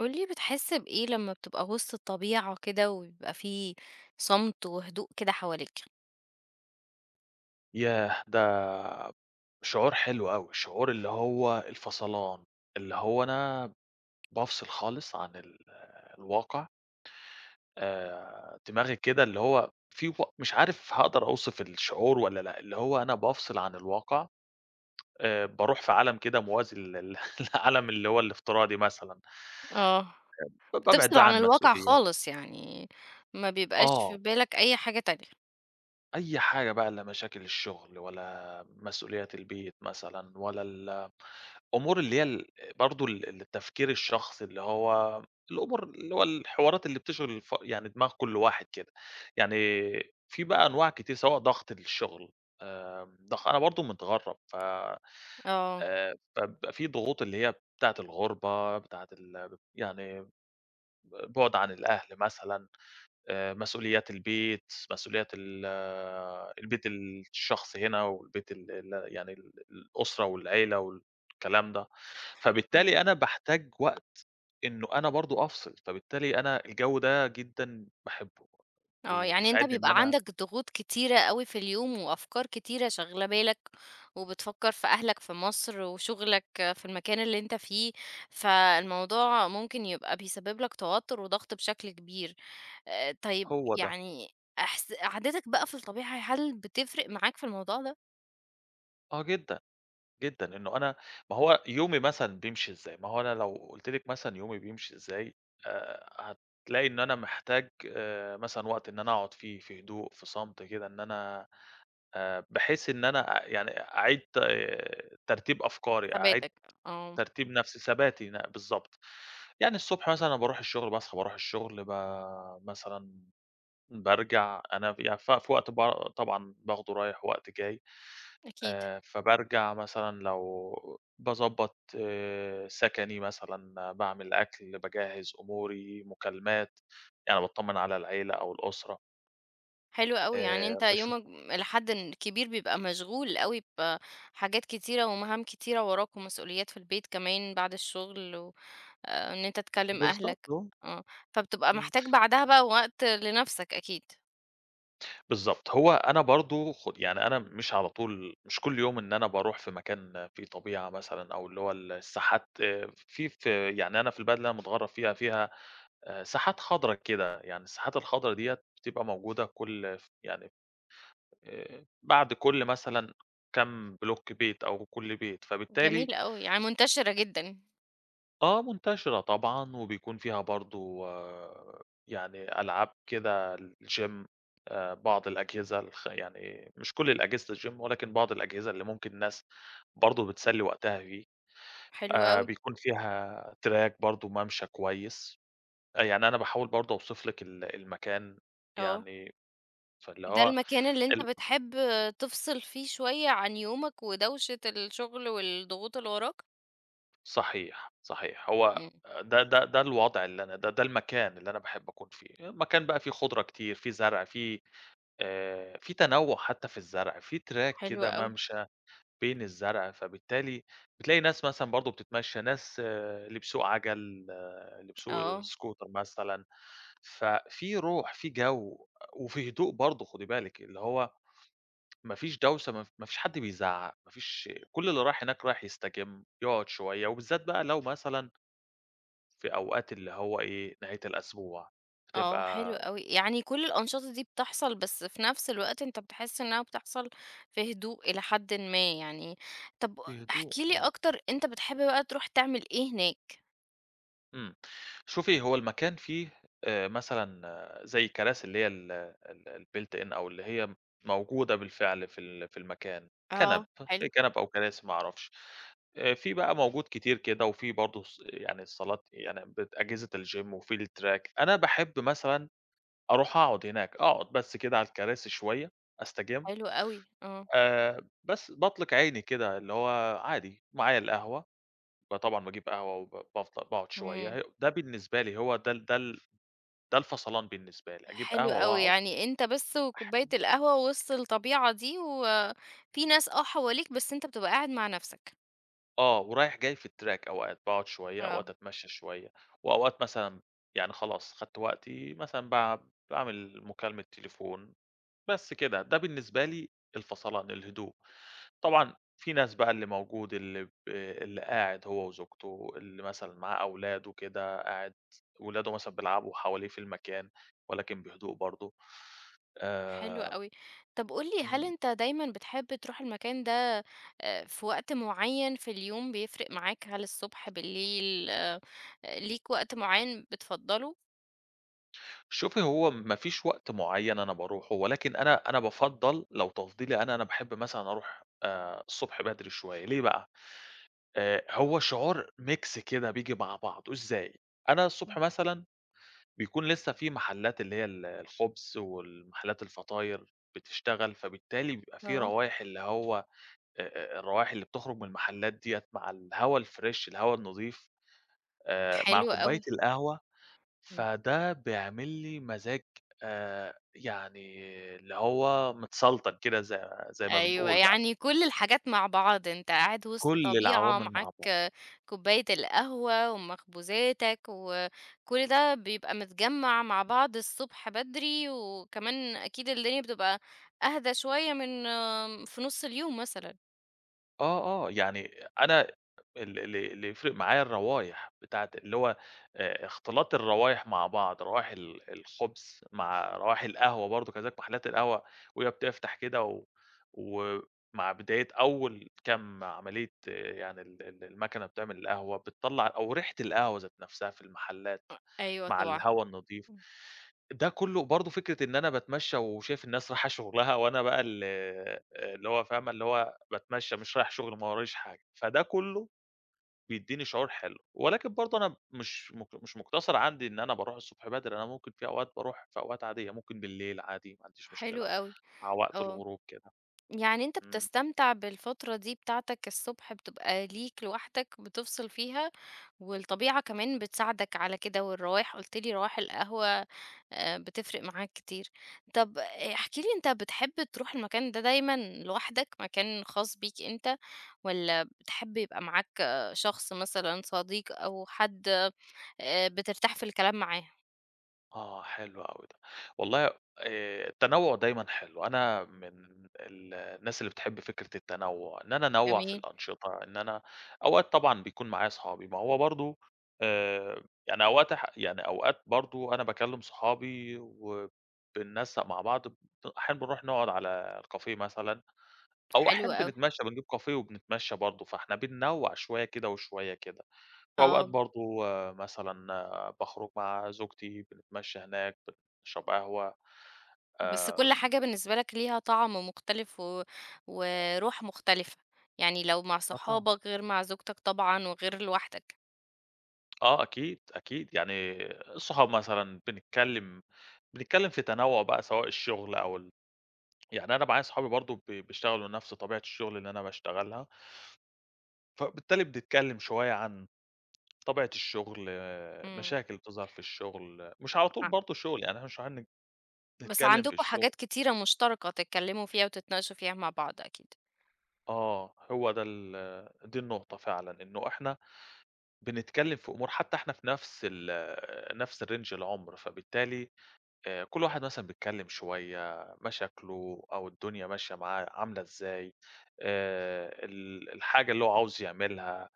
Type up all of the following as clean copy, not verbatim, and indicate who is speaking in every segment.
Speaker 1: قولي بتحس بإيه لما بتبقى وسط الطبيعة كده ويبقى فيه صمت وهدوء كده حواليك؟
Speaker 2: ياه! ده شعور حلو أوي، شعور اللي هو الفَصَلان، اللي هو أنا بافصل خالص عن الواقع، دماغي كده اللي هو في و مش عارف هاقدر أوصف الشعور والّا لأ، اللي هو أنا بافصل عن الواقع. باروح في عالم كده موازي للعالم اللي هو الافتراضي مثلًا،
Speaker 1: آه.
Speaker 2: بابعد
Speaker 1: بتفصل
Speaker 2: بقى
Speaker 1: عن
Speaker 2: عن
Speaker 1: الواقع
Speaker 2: مسؤوليات.
Speaker 1: خالص يعني، ما بيبقاش في
Speaker 2: آه.
Speaker 1: بالك أي حاجة تانية.
Speaker 2: أي حاجة بقى، لا مشاكل الشغل ولا مسؤوليات البيت مثلًا ولا الأمور اللي هي ال برضه ال ال- التفكير الشخصي اللي هو الأمور اللي هو الحوارات اللي بتشغل يعني دماغ كل واحد كده. يعني في بقى أنواع كتير سواء ضغط الشغل، آمم، ضغ أنا برضه متغرّب ف
Speaker 1: آه.
Speaker 2: فبيبقى في ضغوط اللي هي بتاعة الغُربة، بتاعة ال يعني بُعد عن الأهل مثلًا. مسؤوليات البيت، مسؤوليات ال آه، البيت، الشخص هنا والبيت ال ال يعني ال الأسرة والعيلة والكلام ده، فبالتالي أنا باحتاج وقت إنه أنا برضه أفصل، فبالتالي أنا الجو ده جدًا باحبه،
Speaker 1: آه، يعني أنت
Speaker 2: بيساعدني إن
Speaker 1: بيبقى
Speaker 2: أنا
Speaker 1: عندك ضغوط كتيرة أوي في اليوم، وأفكار كتيرة شاغلة بالك، وبتفكر في أهلك في مصر، وشغلك في المكان اللي أنت فيه، فالموضوع ممكن يبقى بيسبب لك توتر وضغط بشكل كبير. طيب
Speaker 2: هو ده،
Speaker 1: يعني أحس قعدتك بقى في الطبيعة هل بتفرق معاك في الموضوع ده؟
Speaker 2: آه جدًا، جدًا، إنه أنا ما هو يومي مثلًا بيمشي إزاي، ما هو أنا لو قُلت لِك مثلًا يومي بيمشي إزاي، آآ هتلاقي إن أنا محتاج مثلًا وقت إن أنا أقعد فيه في هدوء، في صمت كده، إن أنا، بحيث إن أنا أ يعني أعيد ترتيب أفكاري، أعيد
Speaker 1: ثباتك، آه،
Speaker 2: ترتيب نفسي، ثباتي بالضبط. يعني الصبح مثلًا أنا باروح الشغل، باصحى باروح الشغل، ب مثلًا بارجع أنا ف يعني ف في وقت، طبعًا باخده رايح وقت جاي.
Speaker 1: أكيد،
Speaker 2: فبارجع مثلًا لو باضبّط سكني مثلًا، باعمل أكل، باجهّز أموري، مكالمات، يعني باتطمن على العيلة أو الأسرة.
Speaker 1: حلو أوي، يعني أنت
Speaker 2: باشوف
Speaker 1: يومك إلى حدٍ كبير بيبقى مشغول أوي بحاجات كتيرة ومهام كتيرة وراك، ومسؤوليات في البيت كمان بعد الشغل و إن أنت تكلّم
Speaker 2: بالضبط،
Speaker 1: أهلك،
Speaker 2: آه.
Speaker 1: آه، فبتبقى
Speaker 2: إمم.
Speaker 1: محتاج بعدها بقى وقت لنَفْسك أكيد،
Speaker 2: بالضبط، هو أنا برضه يعني أنا مش على طول مش كل يوم إن أنا باروح في مكان فيه طبيعة مثلًا أو اللي هو الساحات، في في يعني أنا في البلد اللي أنا متغرّب فيها، فيها ساحات خضرا كده، يعني الساحات الخضرا ديّة بتبقى موجودة كل ف يعني بعد كل مثلًا كام بلوك بيت أو كل بيت، فبالتالي
Speaker 1: جميل أوي، يعني منتشرة جدًا،
Speaker 2: آه، منتشرة طبعًا، وبيكون فيها برضه، يعني ألعاب كده الGym، بعض الأجهزة يعني مش كل أجهزة الGym، ولكن بعض الأجهزة اللي ممكن الناس برضه بتسلّي وقتها فيه.
Speaker 1: حلو أوي،
Speaker 2: بيكون فيها Track برضه، ممشى كويس. يعني أنا باحاول برضه أوصف لِك المكان
Speaker 1: آه،
Speaker 2: يعني، فاللي
Speaker 1: ده
Speaker 2: هو
Speaker 1: المكان اللي أنت
Speaker 2: ال
Speaker 1: بتحب تفصل فيه شوية عن يومك ودوشة الشغل والضغوط اللي وراك؟
Speaker 2: صحيح، صحيح، هو
Speaker 1: إمم،
Speaker 2: ده الوضع اللي أنا، ده المكان اللي أنا باحب أكون فيه، مكان بقى فيه خُضرة كتير، فيه زرع، فيه في تنوُّع حتى في الزرع، في track
Speaker 1: حلو
Speaker 2: كده
Speaker 1: أوي،
Speaker 2: ممشى بين الزرع، فبالتالي بتلاقي ناس مثلًا برضه بتتمشى، ناس آه، اللي بيسوق عَجَل، آه، اللي بيسوق
Speaker 1: آه،
Speaker 2: scooter مثلًا، ففي روح، في جو، وفي هدوء برضه خدي بالِك، اللي هو ما فيش دوشة، ما فيش حد بيزعّق، ما فيش، كل اللي رايح هناك رايح يستجم، يقعد شوية، وبالذات بقى لو مثلًا في أوقات اللي هو إيه، نهاية الأسبوع،
Speaker 1: آه، حلو
Speaker 2: بتبقى
Speaker 1: أوي، يعني كل الأنشطة دي بتحصل بس في نَفْس الوقت أنت بتحس إنها بتحصل في هدوء إلى حدٍ ما يعني، طَب
Speaker 2: في هدوء،
Speaker 1: احكِ لي
Speaker 2: آه.
Speaker 1: أكتر أنت بتحب بقى تروح تعمل إيه هناك؟
Speaker 2: إمم. شوفي هو المكان فيه، مثلًا آه، زي كراسي اللي هي ال الbuilt in، أو اللي هي موجودة بالفعل في في المكان، كَنَب،
Speaker 1: آه، حلو.
Speaker 2: زي كَنَب أو كراسي ما أعرفش. في بقى موجود كتير كده، وفي برضه يعني الصالات، يعني أجهزة الgym، وفي الtrack. أنا باحب مثلًا أروح أقعد هناك، أقعد بس كده على الكراسي شوية أستجم.
Speaker 1: حلو أوي، آه،
Speaker 2: بس باطلق عيني كده، اللي هو عادي، معايا القهوة، لأ طبعًا باجيب قهوة بافضل باقعد
Speaker 1: إمم،
Speaker 2: شوية، ده بالنسبة لي، هو ده ال ده ال ده الفصلان بالنسبة لي، أجيب
Speaker 1: حلو
Speaker 2: قهوة
Speaker 1: أوي،
Speaker 2: وأقعد،
Speaker 1: يعني أنت بس
Speaker 2: أح
Speaker 1: وكوباية القهوة وسط الطبيعة دي، وفي ناس آه حواليك بس أنت بتبقى قاعد مع نفسك،
Speaker 2: آه، ورايح جاي في الTrack أوقات، باقعد شوية،
Speaker 1: آه،
Speaker 2: أوقات أتمشى شوية، وأوقات مثلًا يعني خلاص خدت وقتي مثلًا، باعمل مكالمة تليفون، بس كده، ده بالنسبة لي الفصلان، الهدوء. طبعًا في ناس بقى اللي موجود، اللي قاعد هو وزوجته، اللي مثلًا معاه أولاده كده قاعد، ولاده مثلًا بيلعبوا حواليه في المكان ولكن بهدوء برضه.
Speaker 1: حلو
Speaker 2: آآ
Speaker 1: أوي. طب قُل لي هل
Speaker 2: إمم.
Speaker 1: أنت دايمًا بتحب تروح المكان ده في وقت معين في اليوم بيفرق معاك؟ هل الصبح، بالليل، ليك وقت معين بتفضّله؟
Speaker 2: شوفي هو ما فيش وقت معيّن أنا باروحه، ولكن أنا بافضّل، لو تفضيلي أنا، أنا باحب مثلًا أروح الصبح بدري شوية، ليه بقى؟ هو شعور mix كده بييجي مع بعضه، إزاي؟ أنا الصبح
Speaker 1: إمم.
Speaker 2: مثلًا بيكون لسه في محلات اللي هي الخبز والمحلات الفطاير بتشتغل، فبالتالي بيبقى في
Speaker 1: آه،
Speaker 2: روايح اللي هو، آآ الروايح اللي بتخرج من المحلات ديّة مع الهوا الفريش، الهوا النضيف، مع
Speaker 1: حلو
Speaker 2: كوباية
Speaker 1: أوي،
Speaker 2: القهوة،
Speaker 1: إمم.
Speaker 2: فده بيعمل لي مزاج، يعني اللي هو متسلطن كده، زي ما
Speaker 1: أيوه،
Speaker 2: بنقول بقى،
Speaker 1: يعني كل الحاجات مع بعض، أنت قاعد وسط
Speaker 2: كل
Speaker 1: طبيعة،
Speaker 2: العوامل مع بعض.
Speaker 1: معاك كوباية القهوة ومخبوزاتك وكل ده بيبقى متجمّع مع بعض الصبح بدري، وكمان أكيد الدنيا بتبقى أهدى شوية من في نُص اليوم مثلًا.
Speaker 2: آه، آه، يعني أنا ال اللي اللي يفرق معايا الروايح بتاعة اللي هو، اختلاط الروايح مع بعض، روايح الخبز مع روايح القهوة، برضه كذلك محلات القهوة وهي بتفتح كده، و ومع بداية أول كام عملية آه، يعني ال ال الماكنة بتعمل القهوة بتطلّع أو ريحة القهوة ذات نفسها في المحلات
Speaker 1: أيوه
Speaker 2: مع
Speaker 1: طبعًا،
Speaker 2: الهوا النضيف، ده كله برضه فكرة إن أنا باتمشى وشايف الناس رايحة شغلها وأنا بقى اللي هو فاهمة اللي هو باتمشّى مش رايح شغل، ما وراييش حاجة، فده كلّه بيدّيني شعور حلو. ولكن برضه أنا مش مقتصر عندي إن أنا باروح الصبح بدري، أنا ممكن في أوقات باروح في أوقات عادية، ممكن بالليل عادي، ما عنديش
Speaker 1: حلو
Speaker 2: مشكلة،
Speaker 1: أوي،
Speaker 2: مع وقت
Speaker 1: آه.
Speaker 2: الغروب كده.
Speaker 1: يعني أنت
Speaker 2: إمم.
Speaker 1: بتستمتع بالفترة دي بتاعتك الصبح بتبقى ليك لوحدك بتفصل فيها، والطبيعة كمان بتساعدك على كده، والروايح قُلت لي روايح القهوة بتفرق معاك كتير. طب احكِ لي أنت بتحب تروح المكان ده دايمًا لوحدك، مكان خاص بيك أنت، والّا بتحب يبقى معاك شخص مثلًا صديق أو حد بترتاح في الكلام معاه؟
Speaker 2: آه، حلو أوي ده. والله، التنوُّع دايمًا حلو، أنا من الناس اللي بتحب فكرة التنوُّع، إن أنا أنوّع في
Speaker 1: جميل،
Speaker 2: الأنشطة، إن أنا أوقات طبعًا بيكون معايا صحابي، ما هو برضه، يعني أوقات أح يعني أوقات برضه أنا باكلّم صحابي وبننسّق مع بعض، أحيانًا بنروح نقعد على الكافيه مثلًا، أو
Speaker 1: حلو
Speaker 2: أحيانًا
Speaker 1: أوي.
Speaker 2: بنتمشّى، بنجيب كافيه وبنتمشّى برضه، فإحنا بننوّع شوية كده وشوية كده.
Speaker 1: آه.
Speaker 2: وأوقات برضه مثلًا باخرج مع زوجتي، بنتمشى هناك، بنشرب قهوة،
Speaker 1: بس كل
Speaker 2: آمم،
Speaker 1: حاجة بالنسبة لك ليها طعم مختلف وروح مختلفة يعني لو مع
Speaker 2: آه طبعًا.
Speaker 1: صحابك غير مع زوجتك طبعا وغير لوحدك
Speaker 2: آه أكيد، أكيد، يعني الصحاب مثلًا بنتكلم في تنوُّع بقى، سواء الشغل أو يعني، أنا معايا صحابي برضه بيشتغلوا نفس طبيعة الشغل اللي أنا باشتغلها، فبالتالي بنتكلم شوية عن طبيعة الشغل، آه،
Speaker 1: امم
Speaker 2: المشاكل اللي بتظهر في الشغل، مش على طول
Speaker 1: ع-
Speaker 2: برضه شغل، يعني إحنا مش رايحين
Speaker 1: بس
Speaker 2: نتكلم في
Speaker 1: عندكم
Speaker 2: الشغل.
Speaker 1: حاجات كتيرة مشتركة تتكلموا فيها وتتناقشوا فيها مع بعض أكيد
Speaker 2: آه، هو ده دي النقطة فعلًا، إنه إحنا بنتكلّم في أمور، حتى إحنا في نفس الrange العُمر، فبالتالي، كل واحد مثلًا بيتكلّم شوية مشاكله، أو الدنيا ماشية معاه عاملة إزاي، ال الحاجة اللي هو عاوز يعملها،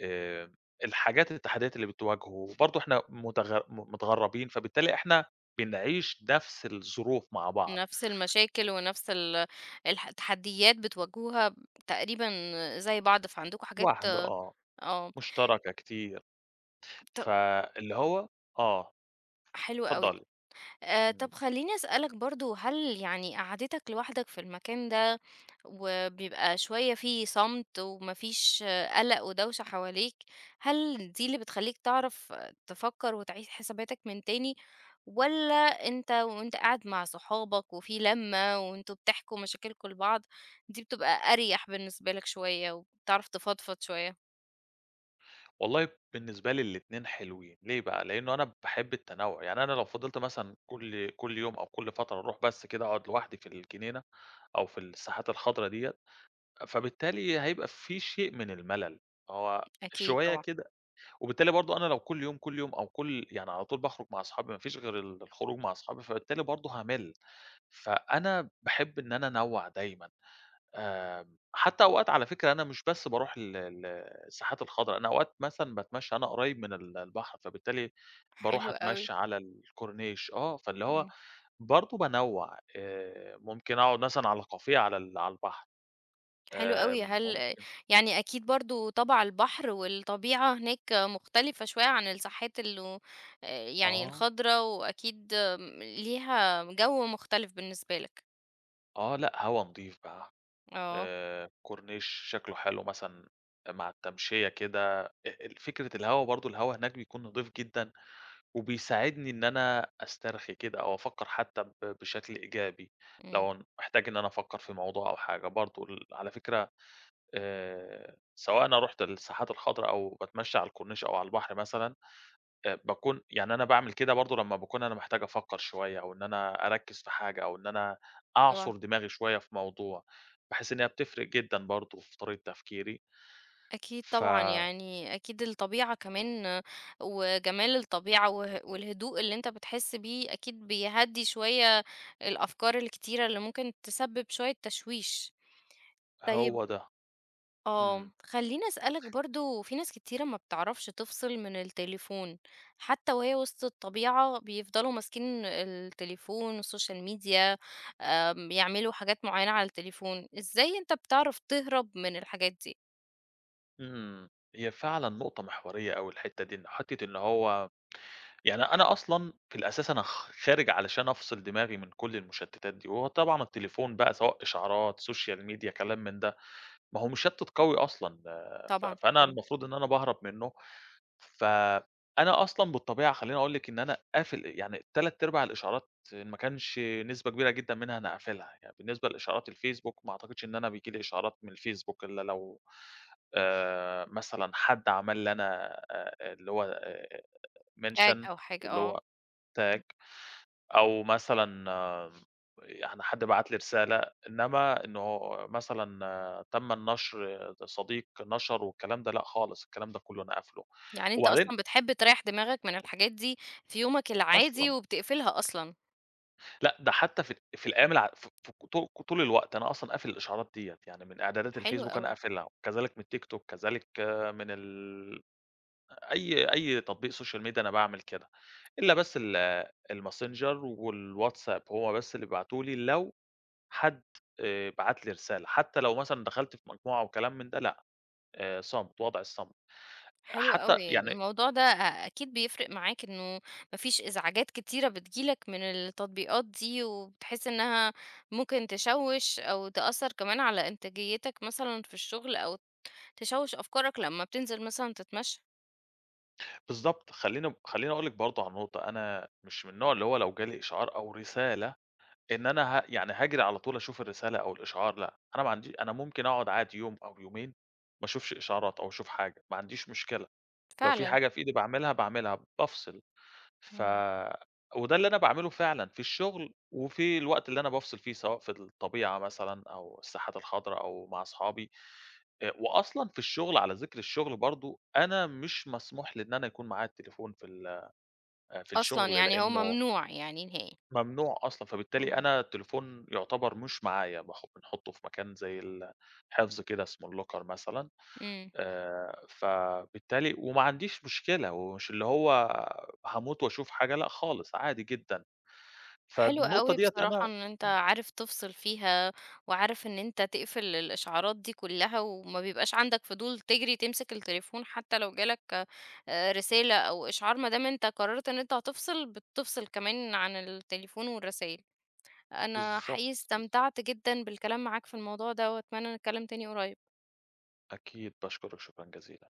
Speaker 2: آآ الحاجات التحديات اللي بتواجهه، برضه إحنا متغرّبين، فبالتالي إحنا بنعيش نفس الظروف مع بعض،
Speaker 1: نفس المشاكل ونفس التحديات بتواجهوها تقريبا زي بعض فعندكم حاجات
Speaker 2: واحدة آه،
Speaker 1: اه
Speaker 2: مشتركة كتير،
Speaker 1: ط-
Speaker 2: فاللي هو آه،
Speaker 1: حلو قوي
Speaker 2: اتفضّلي. إمم.
Speaker 1: طب خلّيني أسألك برضه، هل يعني قعدتك لوحدك في المكان ده وبيبقى شوية في صمت وما فيش قلق ودوشة حواليك، هل دي اللي بتخلّيك تعرف تفكّر وتعيد حساباتك من تاني، والّا أنت وأنت قاعد مع صحابك وفي لمّة وأنتم بتحكوا مشاكلكم لبعض، دي بتبقى أريح بالنسبة لك شوية وبتعرف تفضفض شوية؟
Speaker 2: والله، بالنسبة لي الاتنين حلوين، ليه بقى؟ لإنه أنا باحب التنوُّع، يعني أنا لو فضلت مثلًا كل يوم أو كل فترة أروح بس كده أقعد لوحدي في الجنينة أو في الساحات الخضرا ديّة، فبالتالي هيبقى في شيء من الملل، هو
Speaker 1: أكيد
Speaker 2: شوية
Speaker 1: طبعًا،
Speaker 2: كده، وبالتالي برضه أنا لو كل يوم، كل يوم أو كل يعني على طول باخرج مع أصحابي، ما فيش غير الخروج مع أصحابي، فبالتالي برضه هامِل، فأنا باحب إن أنا أنوّع دايمًا. آمم، حتى أوقات على فكرة أنا مش بس باروح ال ال الساحات الخضرا، أنا أوقات مثلًا باتمشى، أنا قريب من البحر، فبالتالي باروح
Speaker 1: حلو أوي.
Speaker 2: أتمشى على الكورنيش آه، فاللي هو
Speaker 1: إمم.
Speaker 2: برضه بانوّع، ممكن أقعد مثلًا على كافيه على البحر،
Speaker 1: حلو أوي.
Speaker 2: آمم،
Speaker 1: هل
Speaker 2: ممكن
Speaker 1: يعني أكيد برضه طبع البحر والطبيعة هناك مختلفة شوية عن الساحات اللي يعني
Speaker 2: آه،
Speaker 1: الخضرا، وأكيد ليها جو مختلف بالنسبة لك.
Speaker 2: آه، لأ هوا نضيف بقى،
Speaker 1: آه،
Speaker 2: كورنيش شكله حلو مثلًا مع التمشية كده، أ ال فكرة الهوا، برضه الهوا هناك بيكون نضيف جدًا. وبيساعدني إن أنا أسترخي كده، أو أفكّر حتى بشكل إيجابي،
Speaker 1: إمم،
Speaker 2: لو أنا محتاج إن أنا أفكّر في موضوع أو حاجة، برضه على فكرة، سواء أنا رُحت الساحات الخضرا، أو باتمشى على الكورنيش أو على البحر مثلًا، باكون يعني أنا باعمل كده برضه لمّا باكون أنا محتاج أفكّر شوية، أو إن أنا أركّز في حاجة، أو إن أنا
Speaker 1: طبعًا.
Speaker 2: أعصُر دماغي شوية في موضوع، باحس إن هي بتفرق جدًا برضه في طريقة تفكيري،
Speaker 1: أكيد طبعًا،
Speaker 2: فهو
Speaker 1: يعني أكيد الطبيعة كمان وجمال الطبيعة والهدوء اللي أنت بتحس بيه، أكيد بيهدّي شوية الأفكار الكتيرة اللي ممكن تسبب شوية تشويش. طيب
Speaker 2: ده. إمم.
Speaker 1: خلّيني أسألك برضه في ناس كتيرة ما بتعرفش تفصل من التليفون، حتى وهي وسط الطبيعة بيفضلوا ماسكين التليفون والسوشيال ميديا، يعملوا حاجات معيّنة على التليفون، إزاي أنت بتعرف تهرب من الحاجات دي؟
Speaker 2: إمم، هي فعلًا نقطة محورية أوي الحتّة دي، إن حتّة، إن هو يعني أنا أصلًا في الأساس أنا خارج علشان أفصل دماغي من كل المشتتات دي، وهو طبعًا التليفون بقى، سواء إشعارات، سوشيال ميديا، كلام من ده. ما هو مشتِّت قوي أصلًا، آه،
Speaker 1: طبعًا،
Speaker 2: فأنا
Speaker 1: طبعًا.
Speaker 2: المفروض إن أنا باهرب منه، فأنا أصلًا بالطبيعة خلّيني أقول لِك إن أنا قافل، يعني 3/4 الإشعارات، إن ما كانش نسبة كبيرة جدًا منها أنا قافلها، يعني بالنسبة لإشعارات الفيسبوك ما أعتقدش إن أنا بييجي لي إشعارات من الفيسبوك إلا لو، مثلًا حد عمل لي أنا، اللي هو
Speaker 1: tag
Speaker 2: mention،
Speaker 1: أو حاجة
Speaker 2: واللي
Speaker 1: آه،
Speaker 2: هو tag، أو مثلًا آه، يعني حد بعت لي رسالة، إنما إنه مثلًا آه، تم النشر، آه، صديق نشر والكلام ده، لأ خالص، الكلام ده كله أنا قافله.
Speaker 1: يعني أنت
Speaker 2: وبعدين
Speaker 1: أصلًا بتحب تريّح دماغك من الحاجات دي في يومك العادي
Speaker 2: أصلًا
Speaker 1: وبتقفلها أصلًا،
Speaker 2: لأ، ده حتى في في الأيام الع ف ف طو طول الوقت أنا أصلًا قافل الإشعارات ديّة، يعني من إعدادات
Speaker 1: حلو
Speaker 2: الفيسبوك أنا
Speaker 1: أوي.
Speaker 2: قافلها، وكذلك من التيك توك، كذلك آه، من أي تطبيق social media أنا باعمل كده، إلا بس الماسنجر والواتساب، هُم بس اللي بيبعتوا لي لو حد بعت لي رسالة، حتى لو مثلًا دخلت في مجموعة وكلام من ده لأ، صمت، وضع الصمت.
Speaker 1: حلو
Speaker 2: حتى
Speaker 1: أوي،
Speaker 2: يعني
Speaker 1: الموضوع ده أكيد بيفرق معاك إنه ما فيش إزعاجات كتيرة بتيجي لك من التطبيقات دي، وبتحس إنها ممكن تشوِّش أو تأثّر كمان على إنتاجيتك مثلًا في الشغل، أو تشوِّش أفكارك لمّا بتنزل مثلًا تتمشى،
Speaker 2: بالضبط، خلّيني أقول لِك برضه على نقطة، أنا مش من النوع اللي هو لو جالي إشعار أو رسالة إن أنا يعني هاجري على طول أشوف الرسالة أو الإشعار لأ، أنا ما عندي أنا ممكن أقعد عادي يوم أو يومين ما أشوفش إشعارات أو أشوف حاجة، ما عنديش مشكلة، لو في
Speaker 1: فعلًا،
Speaker 2: حاجة في إيدي باعملها، باعملها، بافصل. ف
Speaker 1: إمم،
Speaker 2: وده اللي أنا باعمله فعلًا في الشغل وفي الوقت اللي أنا بافصل فيه، سواء في الطبيعة مثلًا، أو الساحات الخضرا، أو مع أصحابي. وأصلًا في الشغل على ذِكر الشغل برضه، أنا مش مسموح لي إن أنا يكون معايا التليفون في آه، في
Speaker 1: أصلًا
Speaker 2: الشغل،
Speaker 1: يعني هو
Speaker 2: لإنه
Speaker 1: ممنوع يعني نهائي،
Speaker 2: ممنوع أصلًا، فبالتالي
Speaker 1: اهم،
Speaker 2: أنا التليفون يُعتبر مش معايا، بنحطّه في مكان زي الحفظ كده اسمه الlocker مثلًا،
Speaker 1: إمم.
Speaker 2: فبالتالي، وما عنديش مشكلة، ومش اللي هو هاموت وأشوف حاجة، لأ خالص، عادي جدًا.
Speaker 1: حلو
Speaker 2: فالنقطة
Speaker 1: أوي
Speaker 2: ديّة
Speaker 1: بصراحة
Speaker 2: أنا،
Speaker 1: إن أنت عارف تفصل فيها، وعارف إن أنت تقفل الإشعارات دي كلها، وما بيبقاش عندك فضول تجري تمسك التليفون حتى لو جالك رسالة أو إشعار، ما دام أنت قررت إن أنت هتفصل، بتفصل كمان عن التليفون والرسايل. أنا
Speaker 2: بالضبط،
Speaker 1: حقيقي
Speaker 2: بالضبط.
Speaker 1: استمتعت جدًا بالكلام معاك في الموضوع ده، وأتمنى نتكلم تاني قريب.
Speaker 2: أكيد باشكرِك شكرًا جزيلًا.